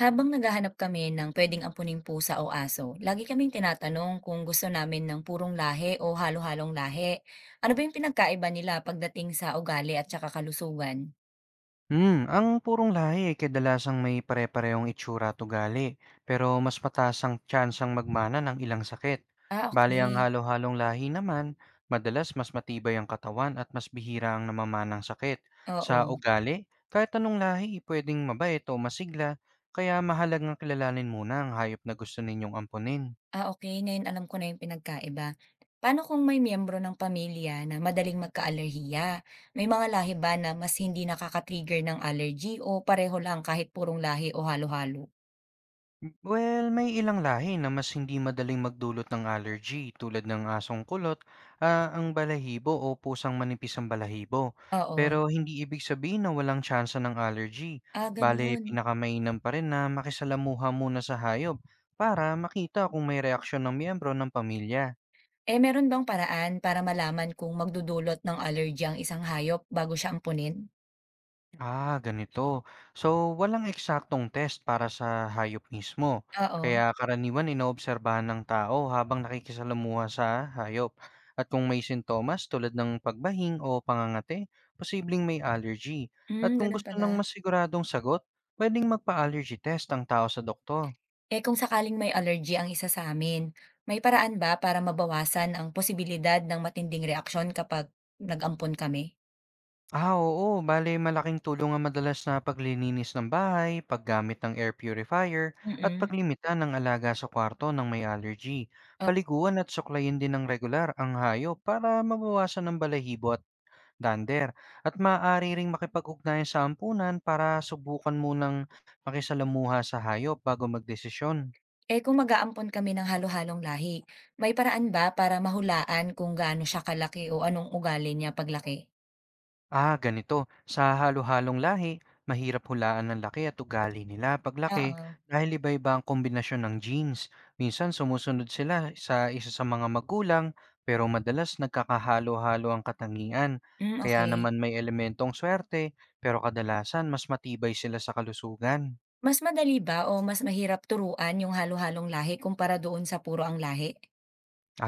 Habang naghahanap kami ng pwedeng ampuning pusa o aso, lagi kaming tinatanong kung gusto namin ng purong lahi o halo-halong lahi. Ano ba yung pinagkaiba nila pagdating sa ugali at saka kalusugan? Hmm, ang purong lahi ay kadalasang may pare-parehong itsura at ugali, pero mas mataas ang tsansang magmana ng ilang sakit. Ah, Bali ang okay. halo-halong lahi naman, madalas mas matibay ang katawan at mas bihira ang namamanang sakit. Sa Oo. ugali, kahit anong lahi, pwedeng mabait o masigla, kaya mahalagang kilalanin muna ang hayop na gusto ninyong ampunin. Ah, okay. Ngayon alam ko na yung pinagkaiba. Paano kung may miyembro ng pamilya na madaling magka-alerhiya? May mga lahi ba na mas hindi nakaka-trigger ng allergy o pareho lang kahit purong lahi o halo-halo? Well, may ilang lahi na mas hindi madaling magdulot ng allergy tulad ng asong kulot, ang balahibo o pusang manipis ang balahibo. Oo. Pero hindi ibig sabihin na walang tsansa ng allergy. Ah, Bale, ganun. pinakamainam pa rin na makisalamuha muna sa hayop para makita kung may reaksyon ng miyembro ng pamilya. Eh, meron bang paraan para malaman kung magdudulot ng allergy ang isang hayop bago siya ampunin? Ah, ganito. So, walang eksaktong test para sa hayop mismo. Oo. Kaya karaniwan inoobserbahan ng tao habang nakikisalamuha sa hayop. At kung may sintomas tulad ng pagbahing o pangangate, posibleng may allergy. At Hmm, kung ganun gusto ng pala. mas siguradong sagot, pwedeng magpa-allergy test ang tao sa doktor. Eh, kung sakaling may allergy ang isa sa amin, may paraan ba para mabawasan ang posibilidad ng matinding reaksyon kapag nag-ampon kami? Ah, oo. Bale, malaking tulong ang madalas na paglilinis ng bahay, paggamit ng air purifier, at Mm-mm. paglimita ng alaga sa kwarto ng may allergy. Oh. Paliguan at suklayin din ng regular ang hayop para mabawasan ng balahibo at dander. At maaari ring makipag-ugnayan sa ampunan para subukan munang makisalamuha sa hayop bago magdesisyon. Eh, kung mag-aampon kami ng halo-halong lahi, may paraan ba para mahulaan kung gaano siya kalaki o anong ugali niya paglaki? Ah, ganito. Sa halo-halong lahi, mahirap hulaan ng laki at ugali nila paglaki Oo. dahil iba-iba ang kombinasyon ng genes. Minsan sumusunod sila sa isa sa mga magulang pero madalas nagkakahalo-halo ang katangian. Mm, Kaya okay. naman may elementong swerte pero kadalasan mas matibay sila sa kalusugan. Mas madali ba o mas mahirap turuan yung halo-halong lahi kumpara doon sa puro ang lahi?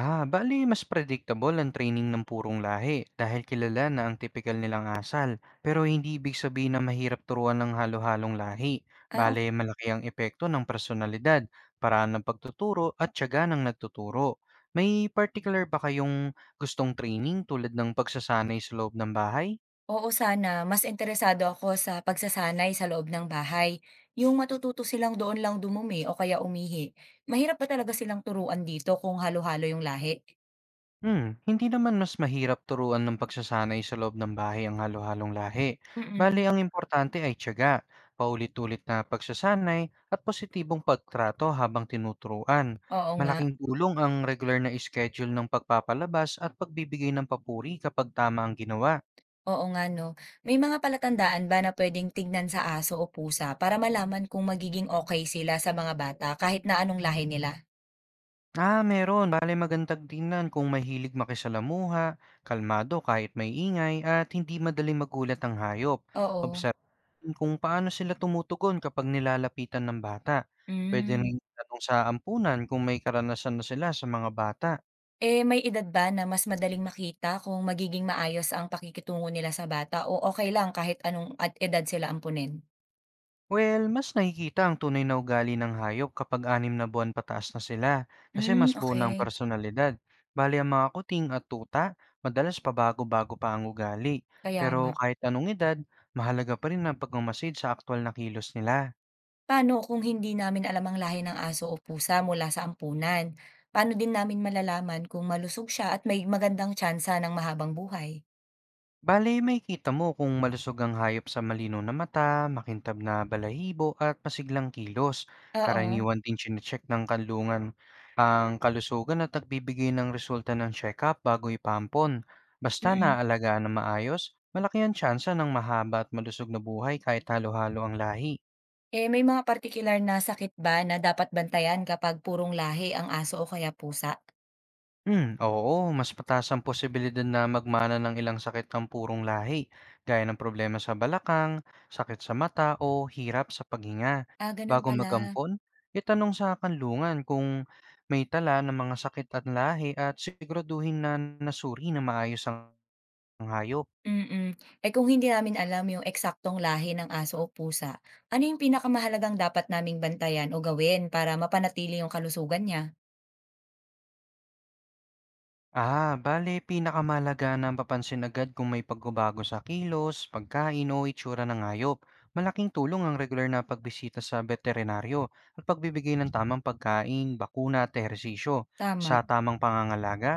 Ah, bali mas predictable ang training ng purong lahi dahil kilala na ang typical nilang asal. Pero hindi ibig sabihin na mahirap turuan ng halo-halong lahi. Ah, ok. Bale, malaki ang epekto ng personalidad, paraan ng pagtuturo at tiyaga ng nagtuturo. May particular ba kayong gustong training tulad ng pagsasanay sa loob ng bahay? Oo sana. Mas interesado ako sa pagsasanay sa loob ng bahay. Yung matututo silang doon lang dumumi o kaya umihi. Mahirap pa talaga silang turuan dito kung halo-halo yung lahi? Hmm, hindi naman mas mahirap turuan ng pagsasanay sa loob ng bahay ang halo-halong lahi. Mm. Bali, ang importante ay tiyaga, paulit-ulit na pagsasanay at positibong pagtrato habang tinuturuan. Oo nga. Malaking tulong ang regular na schedule ng pagpapalabas at pagbibigay ng papuri kapag tama ang ginawa. Oo nga 'no. May mga palatandaan ba na pwedeng tignan sa aso o pusa para malaman kung magiging okay sila sa mga bata kahit na anong lahi nila? Ah, meron. Bale magandang tingnan kung mahilig makisalamuha, kalmado kahit may ingay, at hindi madaling magulat ang hayop. Oo. Obserbahin kung paano sila tumutugon kapag nilalapitan ng bata. Pwede Hmm. rin tanong sa ampunan kung may karanasan na sila sa mga bata. Eh, may edad ba na mas madaling makita kung magiging maayos ang pakikitungo nila sa bata o okay lang kahit anong at edad sila ampunin? Well, mas nakikita ang tunay na ugali ng hayop kapag anim na buwan pataas na sila kasi Hmm, mas buo ng okay. personalidad. Bali ang mga kuting at tuta, madalas pabago-bago pa ang ugali. Kaya nga. Pero kahit anong edad, mahalaga pa rin ang pagmamasid sa aktual na kilos nila. Paano kung hindi namin alam ang lahi ng aso o pusa mula sa ampunan? Paano din namin malalaman kung malusog siya at may magandang tyansa ng mahabang buhay? Bale, may makikita mo kung malusog ang hayop sa malinaw na mata, makintab na balahibo at masiglang kilos. Oo. Karaniwan din chinecheck ng kanlungan ang kalusugan at nagbibigay ng resulta ng check-up bago ipampon. Basta Mm. naaalagaan na maayos, malaki ang tsansa ng mahaba at malusog na buhay kahit halo-halo ang lahi. Eh, may mga partikular na sakit ba na dapat bantayan kapag purong lahi ang aso o kaya pusa? Hmm, oo, mas mataas ang posibilidad na magmana ng ilang sakit ng purong lahi, gaya ng problema sa balakang, sakit sa mata o hirap sa paghinga. Ah, gano'n Bago pala. magampon, itanong sa kanlungan kung may tala ng mga sakit at lahi at siguraduhin na nasuri na maayos ang hayop. Mm. Eh, kung hindi namin alam yung eksaktong lahi ng aso o pusa, ano yung pinakamahalagang dapat naming bantayan o gawin para mapanatili yung kalusugan niya? Ah, bale pinakamahalaga na mapapansin agad kung may pagbabago sa kilos, pagkain o itsura ng hayop. Malaking tulong ang regular na pagbisita sa veterinaryo at pagbibigay ng tamang pagkain, bakuna at ehersisyo. Tama. Sa tamang pangangalaga,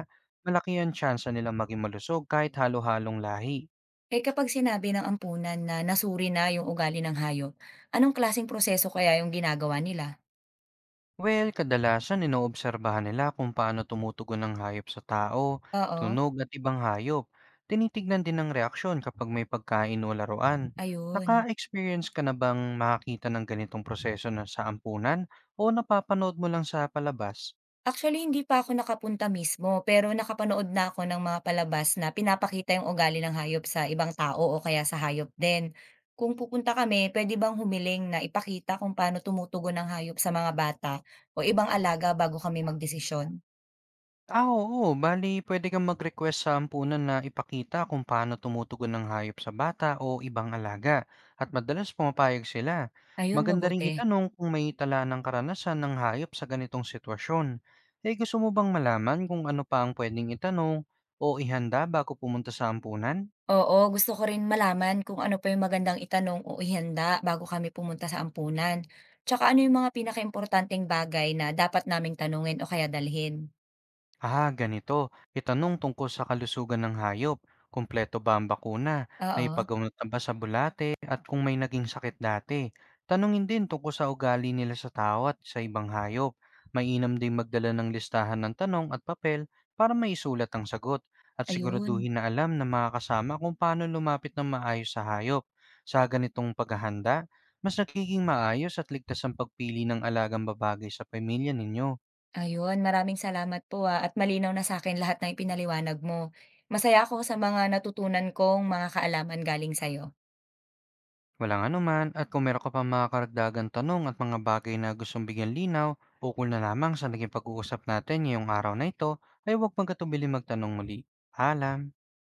malaki ang tsansa nilang maging malusog kahit halo-halong lahi. Eh kapag sinabi ng ampunan na nasuri na yung ugali ng hayop, anong klaseng proseso kaya yung ginagawa nila? Well, kadalasan inoobserbahan nila kung paano tumutugon ang hayop sa tao, Oo. tunog at ibang hayop. Tinitignan din ang reaksyon kapag may pagkain o laruan. Ayun. Naka-experience ka na bang makakita ng ganitong proseso na sa ampunan o napapanood mo lang sa palabas? Actually, hindi pa ako nakapunta mismo, pero nakapanood na ako ng mga palabas na pinapakita yung ugali ng hayop sa ibang tao o kaya sa hayop din. Kung pupunta kami, pwede bang humiling na ipakita kung paano tumutugon ng hayop sa mga bata o ibang alaga bago kami magdesisyon? Ah, oo. Bale, puwede kang mag-request sa ampunan na ipakita kung paano tumutugon ng hayop sa bata o ibang alaga at madalas pumapayag sila. Ayun, Maganda ring mabuti. itanong kung may tala ng karanasan ng hayop sa ganitong sitwasyon. Eh, gusto mo bang malaman kung ano pa ang pwedeng itanong o ihanda bago pumunta sa ampunan? Oo, gusto ko rin malaman kung ano pa yung magandang itanong o ihanda bago kami pumunta sa ampunan. Tsaka ano yung mga pinakaimportanteng bagay na dapat naming tanungin o kaya dalhin. Ah, ganito. Itanong tungkol sa kalusugan ng hayop. Kumpleto ba ang bakuna? Oo, Naipagamot na ba sa bulate? At kung may naging sakit dati? Tanungin din tungkol sa ugali nila sa tao at sa ibang hayop. Mainam din magdala ng listahan ng tanong at papel para maisulat ang sagot at ayun. siguraduhin na alam ng mga kasama kung paano lumapit ng maayos sa hayop. Sa ganitong paghahanda, mas nagiging maayos at ligtas ang pagpili ng alagang babagay sa pamilya ninyo. Ayun, maraming salamat po, at malinaw na sa akin lahat ng ipinaliwanag mo. Masaya ako sa mga natutunan kong mga kaalaman galing sa'yo. Walang anuman at kung meron ka pa mga karagdagang tanong at mga bagay na gustong bigyan linaw, ukol na lamang sa naging pag-uusap natin ngayong araw na ito ay huwag magkatubili magtanong muli. Paalam!